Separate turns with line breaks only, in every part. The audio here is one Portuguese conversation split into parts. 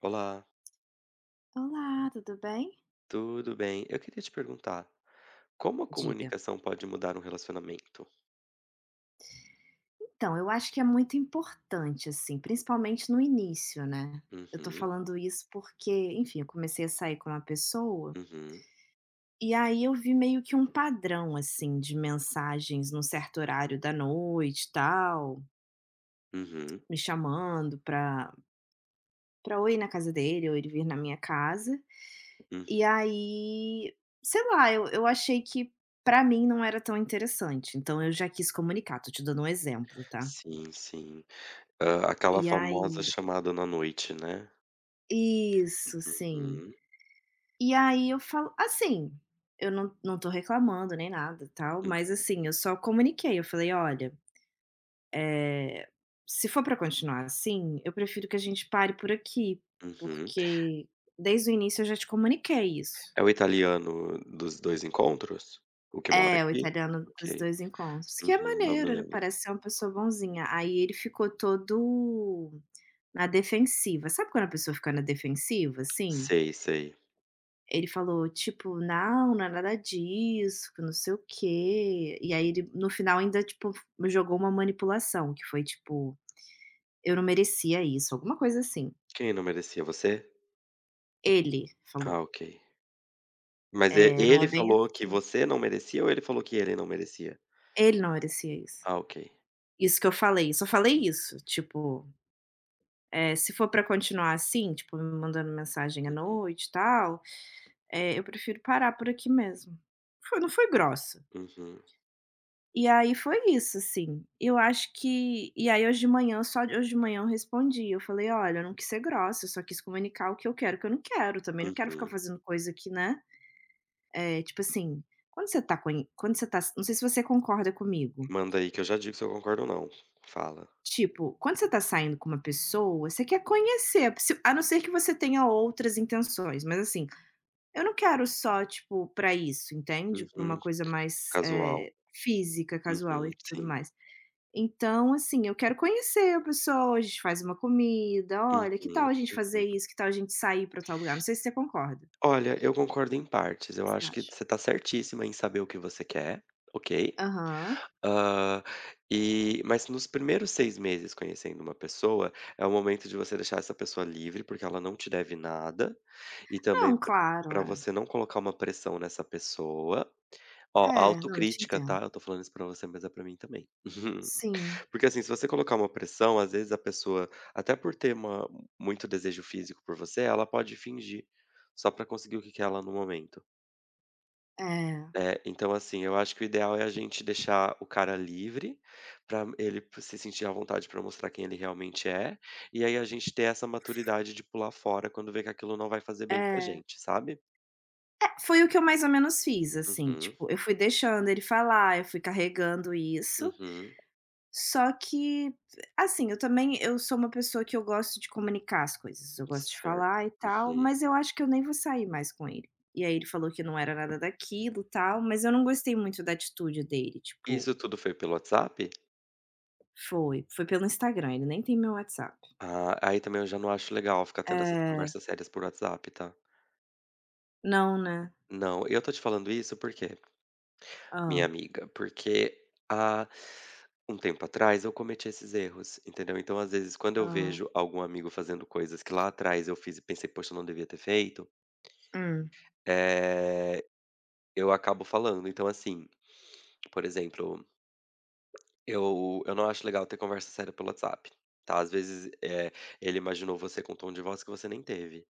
Olá,
Olá, tudo bem?
tudo bem? Eu queria te perguntar, como a
Diga.
comunicação pode mudar um relacionamento?
Então, eu acho que é muito importante, assim, principalmente no início, né. Eu tô
Uhum,
falando isso porque, enfim, eu comecei a sair com uma pessoa,
uhum,
e aí eu vi meio que um padrão, assim, de mensagens num certo horário da noite, e tal,
uhum,
me chamando pra ou ir na casa dele ou ele vir na minha casa.
hum.
E aí, sei lá, eu achei que pra mim não era tão interessante, então eu já quis comunicar, tô te dando um exemplo, tá.
Sim, sim. Aquela
E
famosa
aí
chamada na noite, né.
Isso, sim.
Uhum,
E aí eu falo assim, eu não tô reclamando nem nada, tal, mas
hum,
assim, eu só comuniquei, eu falei: "Olha, eh, se for pra continuar assim, eu prefiro que a gente pare por aqui,
uhum.
porque desde o início eu já te comuniquei isso".
É o italiano dos 2 encontros? O que mora
É, o
aqui?
italiano
Ok.
dos 2 encontros, que é
Uhum, não me
maneiro, ele
lembro.
parece ser uma pessoa bonzinha. Aí ele ficou todo na defensiva. Sabe quando a pessoa fica na defensiva, assim?
Sei, sei.
Ele falou tipo: "Não, não é nada disso, que não sei o quê". E aí ele no final ainda, tipo, jogou uma manipulação, que foi tipo: "Eu não merecia isso", alguma coisa assim.
Quem não merecia, você?
Ele falou,
Ah, ok. Mas e
não é
ele
bem
falou que
assim.
você não merecia ou ele falou que ele não merecia?
Ele não merecia isso.
Ah, ok.
Isso que eu falei, só falei
Uhum,
isso, tipo, "Se for pra continuar assim, tipo, me mandando mensagem à
uhum.
noite e tal, eu prefiro parar por aqui mesmo". Foi Não foi grossa.
Uhum.
E aí foi isso, assim. Eu acho que e aí hoje de manhã só de- hoje de manhã eu respondi, eu falei: "Olha, eu não quis ser grossa, eu só quis comunicar o que eu quero, o que eu não quero. Também não quero ficar
Uhum.
fazendo coisa que, né, tipo assim, quando você tá não sei se você concorda comigo,
Manda aí que eu já digo se eu concordo ou não. Fala.
tipo, quando você tá saindo com uma pessoa, você quer conhecer, se a não ser que você tenha outras intenções, mas assim, eu não quero só, tipo, pra isso, entende? Pra uma
Uhum.
coisa mais,
Casual.
física, casual
Uhum.
e tudo
Sim.
mais. Então, assim, eu quero conhecer a pessoa, a gente faz uma comida, "Olha, que tal
Uhum,
a gente fazer
uhum.
isso? Que tal a gente sair para tal lugar?" Não sei se você concorda. O
Olha, eu concordo em
que
partes. Eu
que você
acho que
acha?
você tá certíssima em saber o que você quer, ok?
Aham.
ah e mas nos primeiros 6 meses conhecendo uma pessoa, é o momento de você deixar essa pessoa livre, porque ela não te deve nada, e
Não,
também
claro,
para
é.
você não colocar uma pressão nessa pessoa. Ó,
É, não, eu te
autocrítica,
entendo.
tá? Eu tô falando isso pra você, mas é pra mim também.
Sim,
Porque, assim, se você colocar uma pressão, às vezes a pessoa, até por ter uma muito desejo físico por você, ela pode fingir, só pra conseguir o que quer ela no momento.
é,
É, então, assim, eu acho que o ideal é a gente deixar o cara livre, pra ele se sentir à vontade pra mostrar quem ele realmente é, e aí a gente ter essa maturidade de pular fora quando vê que aquilo não vai fazer bem pra
é.
gente, sabe?
É, foi o que eu mais ou menos fiz, assim,
Uhum,
tipo, eu fui deixando ele falar, eu fui carregando isso.
uhum,
Só que, assim, eu também eu sou uma pessoa que eu gosto de comunicar as coisas, eu gosto de
certo.
falar e tal,
Uhum.
mas eu acho que eu nem vou sair mais com ele. E aí ele falou que não era nada daquilo, tal, mas eu não gostei muito da atitude dele, tipo,
Isso tudo foi pelo WhatsApp?
foi pelo Instagram, ele nem tem meu WhatsApp.
Ah, aí também eu já não acho legal ficar tendo essas
É,
conversas sérias por WhatsApp, tá?
não, né.
Não, eu tô te falando isso porque minha
Ah,
amiga? Porque há um tempo atrás eu cometi esses erros, entendeu? Então, às vezes, quando eu
ah,
vejo algum amigo fazendo coisas que lá atrás eu fiz e pensei, poxa, eu não devia ter feito,
hum,
eh, eu acabo falando. Então, assim, por exemplo, eu não acho legal ter conversa séria pelo WhatsApp. Tá, às vezes ele imaginou você com um tom de voz que você nem teve.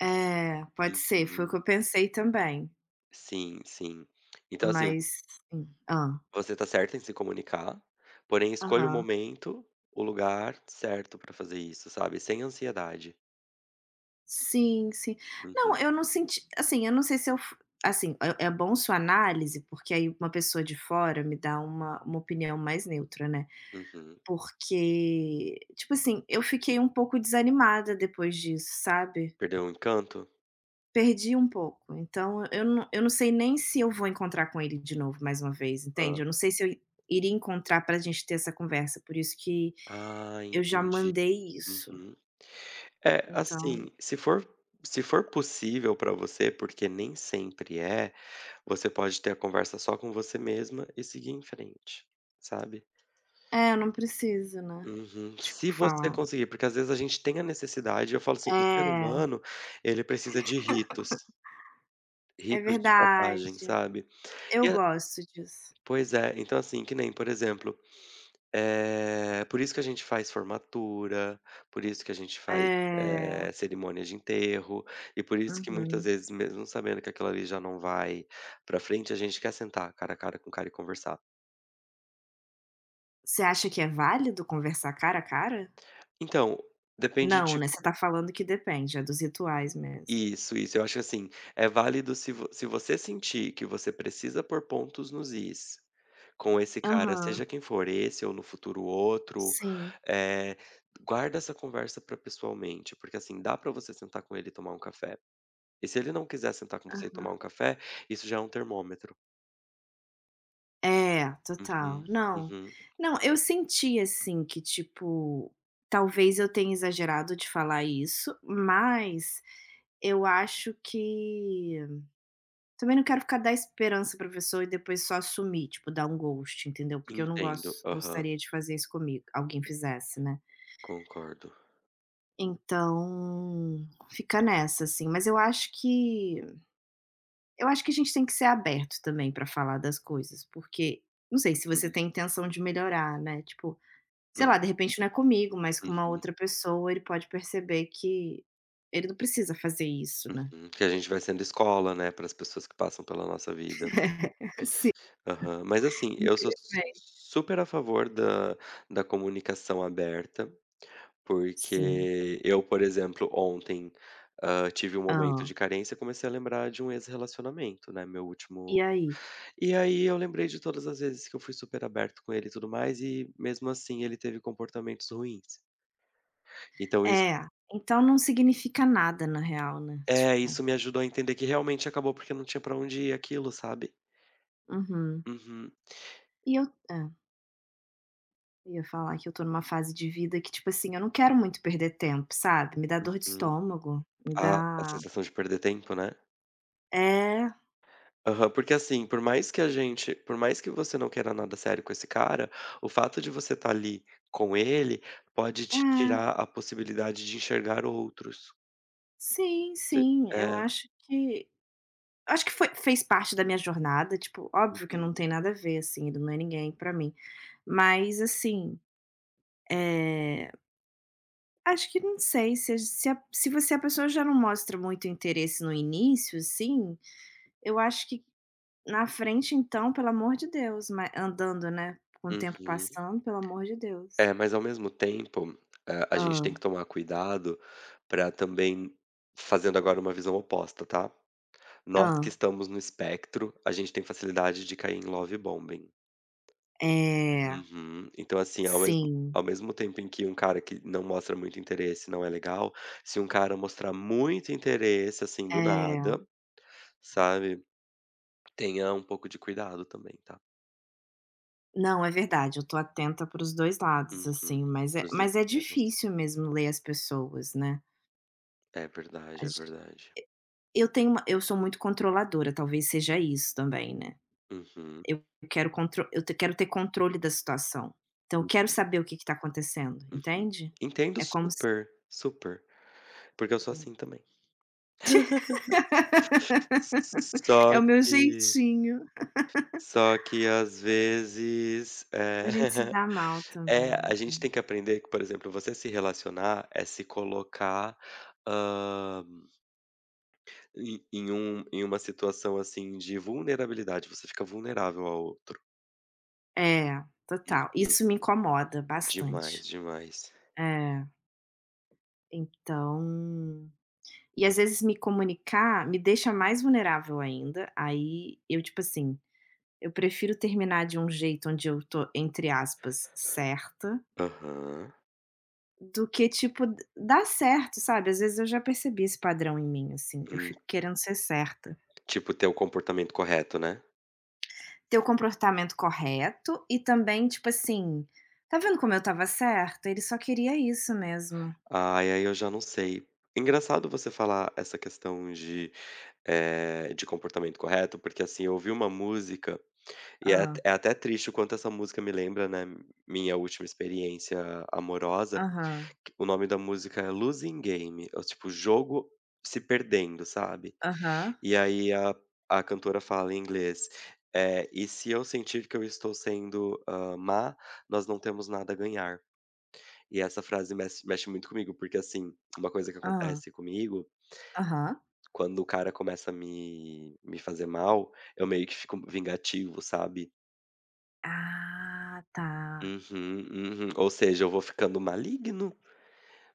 é, pode ser, foi o
Uhum.
que eu pensei também,
Sim, sim. Então, assim,
mas sim. Ah,
você tá certa em se comunicar, porém escolha o
aham.
momento, o lugar certo pra fazer isso, sabe, sem ansiedade.
Sim, sim. Não,
Uhum,
eu não senti assim, eu não sei se eu f assim, é bom sua análise, porque aí uma pessoa de fora me dá uma opinião mais neutra, né.
uhum.
Porque, tipo assim, eu fiquei um pouco desanimada depois disso, sabe.
Perdeu o encanto?
Perdi um pouco, então eu não sei nem se eu vou encontrar com ele de novo mais uma vez, entende.
Hã.
Eu não sei se eu iria encontrar pra gente ter essa conversa, por isso que
Ah,
eu já
entendi.
mandei isso.
Uhum. É,
Então
assim, se for possível pra você, porque nem sempre é, você pode ter a conversa só com você mesma e seguir em frente, sabe.
é, não precisa, né,
Uhum.
tipo,
Se você
falar.
conseguir, porque às vezes a gente tem a necessidade eu falo assim, o ser
É,
humano, ele precisa de ritos.
é
Ritos de passagem,
verdade.
sabe. E
Eu
a
gosto disso.
Pois é, então assim, que nem, por exemplo, por isso que a gente faz formatura, por isso que a gente faz,
É.
cerimônia de enterro, e por isso que muitas
Uhum.
vezes, mesmo sabendo que aquilo ali já não vai pra frente, a gente quer sentar cara a cara com o cara e conversar.
Você acha que é válido conversar cara a cara?
Então, depende
Não,
de.
né, você tá falando que depende, é dos rituais mesmo.
Isso, isso. Eu acho que assim, é válido se você sentir que você precisa pôr pontos nos is com esse cara,
Aham,
seja quem for, esse ou no futuro outro,
sim,
eh, guarda essa conversa para pessoalmente, porque assim, dá para você sentar com ele e tomar um café. E se ele não quiser sentar com você e
aham.
tomar um café, isso já é um termômetro.
É, total.
Uhum,
Não,
uhum.
não, eu senti, assim, que tipo, talvez eu tenha exagerado de falar isso, mas eu acho que também não quero ficar dar esperança pra pessoa e depois só sumir, tipo, dar um ghost, entendeu, porque eu não
Entendo.
gosto
Aham.
gostaria de fazer isso comigo, alguém fizesse, né.
Concordo.
Então, fica nessa, assim, mas eu acho que a gente tem que ser aberto também pra falar das coisas, porque não sei se você
Uhum,
tem intenção de melhorar, né, tipo, sei
hum,
lá, de repente não é comigo, mas com uma
uhum,
outra pessoa ele pode perceber que ele não precisa fazer isso, né.
uhum. Que a gente vai sendo escola, né, para as pessoas que passam pela nossa vida.
Sim,
Aham. Mas assim, eu sou
infelizmente.
super a favor da comunicação aberta,
Sim.
porque eu, por exemplo, ontem, tive um momento
Ah,
de carência e comecei a lembrar de um ex-relacionamento, né, meu
e
último
aí?
e aí eu lembrei de todas as vezes que eu fui super aberto com ele e tudo mais, e mesmo assim ele teve comportamentos ruins. Então isso
É, então não significa nada na real, né, tipo
isso me ajudou a entender que realmente acabou porque não tinha pra onde ir aquilo, sabe.
uhum.
Uhum.
E eu é, ia falar que eu tô numa fase de vida que, tipo assim, eu não quero muito perder tempo, sabe, me dá dor de
Uhum.
estômago, me
A
dá
sensação de perder tempo, né.
é,
Aham, porque assim, por mais que você não queira nada sério com esse cara, o fato de você estar ali com ele pode te
é.
tirar a possibilidade de enxergar outros.
Sim,
Você
sim, eu
é,
acho que foi fez parte da minha jornada, tipo, óbvio que não
uhum,
tem nada a ver, assim, ele não é ninguém pra mim, mas assim, eh, acho que não sei se você é a pessoa já não mostra muito interesse no início, assim. Eu acho que na frente então, pelo amor de Deus, ma andando, né, com o tempo
uhum.
passando, pelo amor de Deus.
É, mas ao mesmo tempo, a gente tem que
Ah,
tomar cuidado para também fazendo agora uma visão oposta, tá. Nós que
ah.
estamos no espectro, a gente tem facilidade de cair em love bombing.
É,
Uhum. Então, assim, ao mesmo
sim,
ao mesmo tempo em que um cara que não mostra muito interesse não é legal, se um cara mostrar muito interesse, assim, do
é.
nada, sabe, tenha um pouco de cuidado também, tá.
Não, é verdade, eu tô atenta para os dois lados,
Uhum.
assim, mas é
Para
mas é
extremos.
difícil mesmo ler as pessoas, né.
É
A
verdade, é
gen
verdade.
eu tenho uma Eu sou muito controladora, talvez seja isso também, né.
Uhum,
Eu eu te quero ter controle da situação, então eu quero
uhum,
saber o que que tá acontecendo,
uhum.
entende?
Entendo
É como se
super, super, porque eu sou assim também.
é
Só
o meu
que
jeitinho.
só que às vezes,
A gente se dá mal
É,
também,
a
né.
gente tem que aprender que, por exemplo, você se relacionar é se colocar, hã, em uma situação, assim, de vulnerabilidade, você fica vulnerável ao outro.
É, total.
Uhum.
Isso me incomoda
Demais,
bastante.
demais.
É, então e às vezes me comunicar me deixa mais vulnerável ainda, aí eu, tipo assim, eu prefiro terminar de um jeito onde eu tô, entre aspas, "certa",
Aham.
do que, tipo, d dar certo, sabe. Às vezes eu já percebi esse padrão em mim, assim, eu
Hum,
fico querendo ser certa.
tipo, ter o comportamento correto, né?
Ter o comportamento correto e também, tipo assim: "Tá vendo como eu tava certa? Ele só queria isso mesmo".
E aí eu já não sei. Engraçado você falar essa questão de comportamento correto, porque, assim, eu ouvi uma música e é
Ah.
é até triste o quanto essa música me lembra, né, minha última experiência amorosa.
Aham.
O nome da música é Losing Game, é tipo jogo se perdendo, sabe.
Aham.
E aí a cantora fala em inglês, "E se eu sentir que eu estou sendo, má, nós não temos nada a ganhar". E essa frase mexe muito comigo, porque, assim, uma coisa que
Ah.
acontece comigo,
Aham.
quando o cara começa a me fazer mal, eu meio que fico vingativo, sabe.
Ah, tá.
Uhum, uhum. Ou seja, eu vou ficando maligno.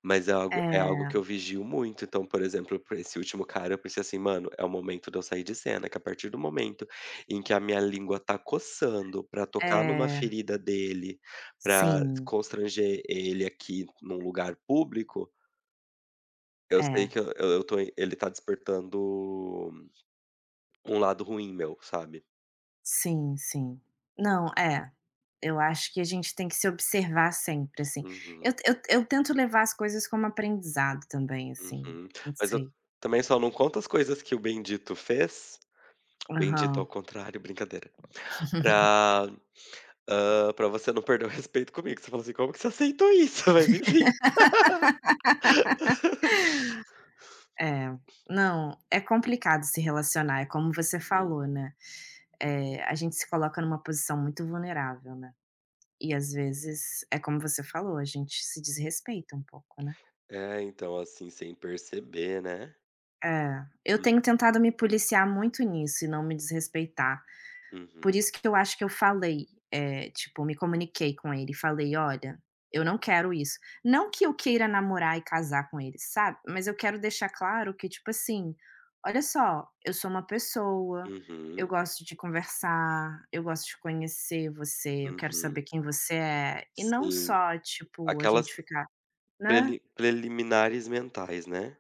Mas é algo que eu
É,
vigio muito. Então, por exemplo, pra esse último cara, eu pensei assim: "Mano, é o momento de eu sair de cena", que a partir do momento em que a minha língua tá coçando pra tocar numa
é.
ferida dele, pra
Sim.
constranger ele aqui num lugar público, eu sei
É.
que ele tá despertando um lado ruim meu, sabe.
Sim, sim. Não, é. Eu acho que a gente tem que se observar sempre, assim.
Uhum,
Eu tento levar as coisas como aprendizado também, assim,
uhum.
não
Mas eu
sei.
também só não conto as coisas que o bendito fez, bendito ao
Aham.
contrário, brincadeira, pra pra você não perder o respeito comigo, você fala assim: "Como que você aceitou isso?" Mas enfim.
É. Não, é complicado se relacionar, é como você
Uhum.
falou, né, eh, a gente se coloca numa posição muito vulnerável, né, e às vezes, é como você falou, a gente se desrespeita um pouco, né.
É, então, assim, sem perceber, né.
É, eu tenho tentado me policiar muito nisso e não me desrespeitar. Por
Uhum,
isso que eu acho que eu falei, eh, tipo, me comuniquei com ele falei: "Olha, eu não quero isso". Não que eu queira namorar e casar com ele, sabe, mas eu quero deixar claro que, tipo assim: "Olha só, eu sou uma pessoa, eu
uhum,
gosto de conversar, eu gosto de conhecer você, eu quero saber
uhum.
quem você é". E não
Sim,
só, tipo, a gente
aquelas
ficar, né?
preliminares mentais, né.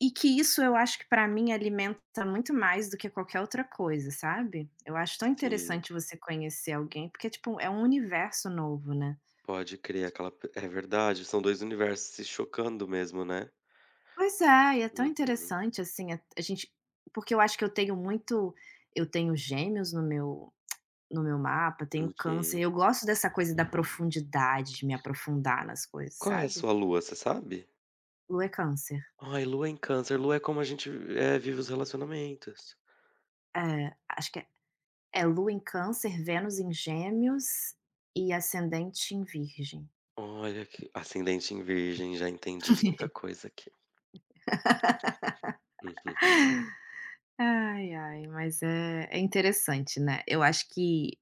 E que isso eu acho que pra mim alimenta muito mais do que qualquer outra coisa, sabe. Eu acho tão
Sim,
interessante você conhecer alguém, porque, tipo, é um universo novo, né.
pode crer, aquela p é verdade, são 2 universos se chocando mesmo, né.
Pois é, e é tão
Uhum,
interessante, assim, a gente porque eu acho que eu tenho gêmeos no meu mapa, tenho câncer,
uhum.
eu gosto dessa coisa da profundidade, de me aprofundar nas coisas,
Qual é a
sabe.
sua lua, você sabe?
Lua é câncer.
Ai, lua em câncer, lua é como a gente vive os relacionamentos.
É, acho que é lua em câncer, Vênus em gêmeos e ascendente em virgem.
Olha que ascendente em virgem, já entendi muita coisa aqui. Uhum,
Ai, ai, mas é é interessante, né. Eu acho que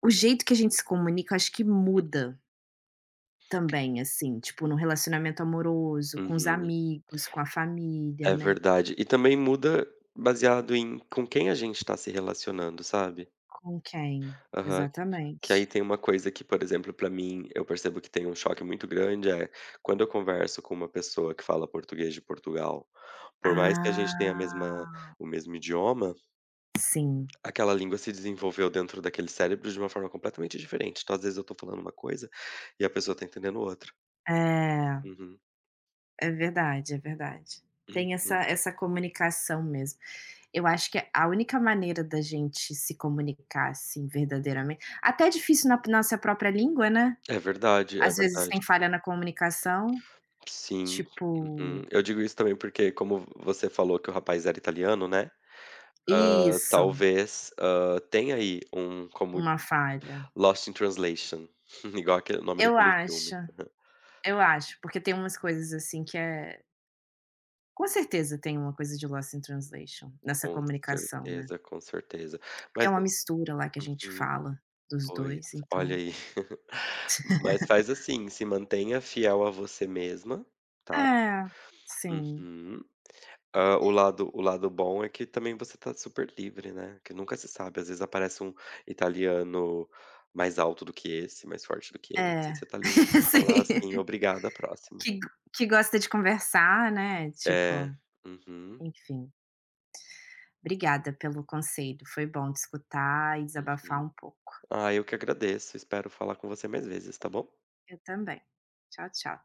o jeito que a gente se comunica, eu acho que muda também, assim, tipo, no relacionamento amoroso, com os
uhum.
amigos, com a família,
É
né.
verdade. E também muda baseado em com quem a gente tá se relacionando, sabe.
Com quem?
Aham. Que aí
Exatamente.
tem uma coisa que, por exemplo, pra mim, eu percebo que tem um choque muito grande, é quando eu converso com uma pessoa que fala português de Portugal, por mais que a gente tenha a mesma
Ah,
o mesmo idioma,
sim.
aquela língua se desenvolveu dentro daquele cérebro de uma forma completamente diferente. Então, às vezes, eu tô falando uma coisa e a pessoa tá entendendo outra.
É,
Uhum.
é verdade, é verdade. Tem essa
Uhum.
essa comunicação mesmo. Eu acho que a única maneira da gente se comunicar, assim, verdadeiramente até é difícil na nossa própria língua, né.
É verdade, é
Às vezes
verdade.
tem falha na comunicação,
Sim. Uhum.
tipo
Eu digo isso também porque, como você falou que o rapaz era italiano, né,
isso,
talvez, tenha aí um como
uma falha.
Lost in Translation, igual aquele o nome
Eu
daquele
acho,
filme.
eu acho, porque tem umas coisas, assim, que é com certeza tem uma coisa de Lost in Translation nessa
Com
comunicação, né,
certeza, com certeza.
porque é
Mas
uma mistura lá que a gente
uhum,
fala dos
pois,
dois,
olha
então
aí. Mas faz assim, se mantenha fiel a você mesma, tá?
é, sim,
Uhum. O lado bom é que também você tá super livre, né, que nunca se sabe, às vezes aparece um italiano mais alto do que esse, mais forte do que esse,
é,
você tá livre pra falar assim:
sim,
"Obrigada, próximo".
que que gosta de conversar, né,
É.
tipo,
Uhum,
enfim. Obrigada pelo conselho, foi bom te escutar e desabafar
uhum.
um pouco.
Ah, eu que agradeço, espero falar com você mais vezes, tá bom?
Eu também. Tchau, tchau.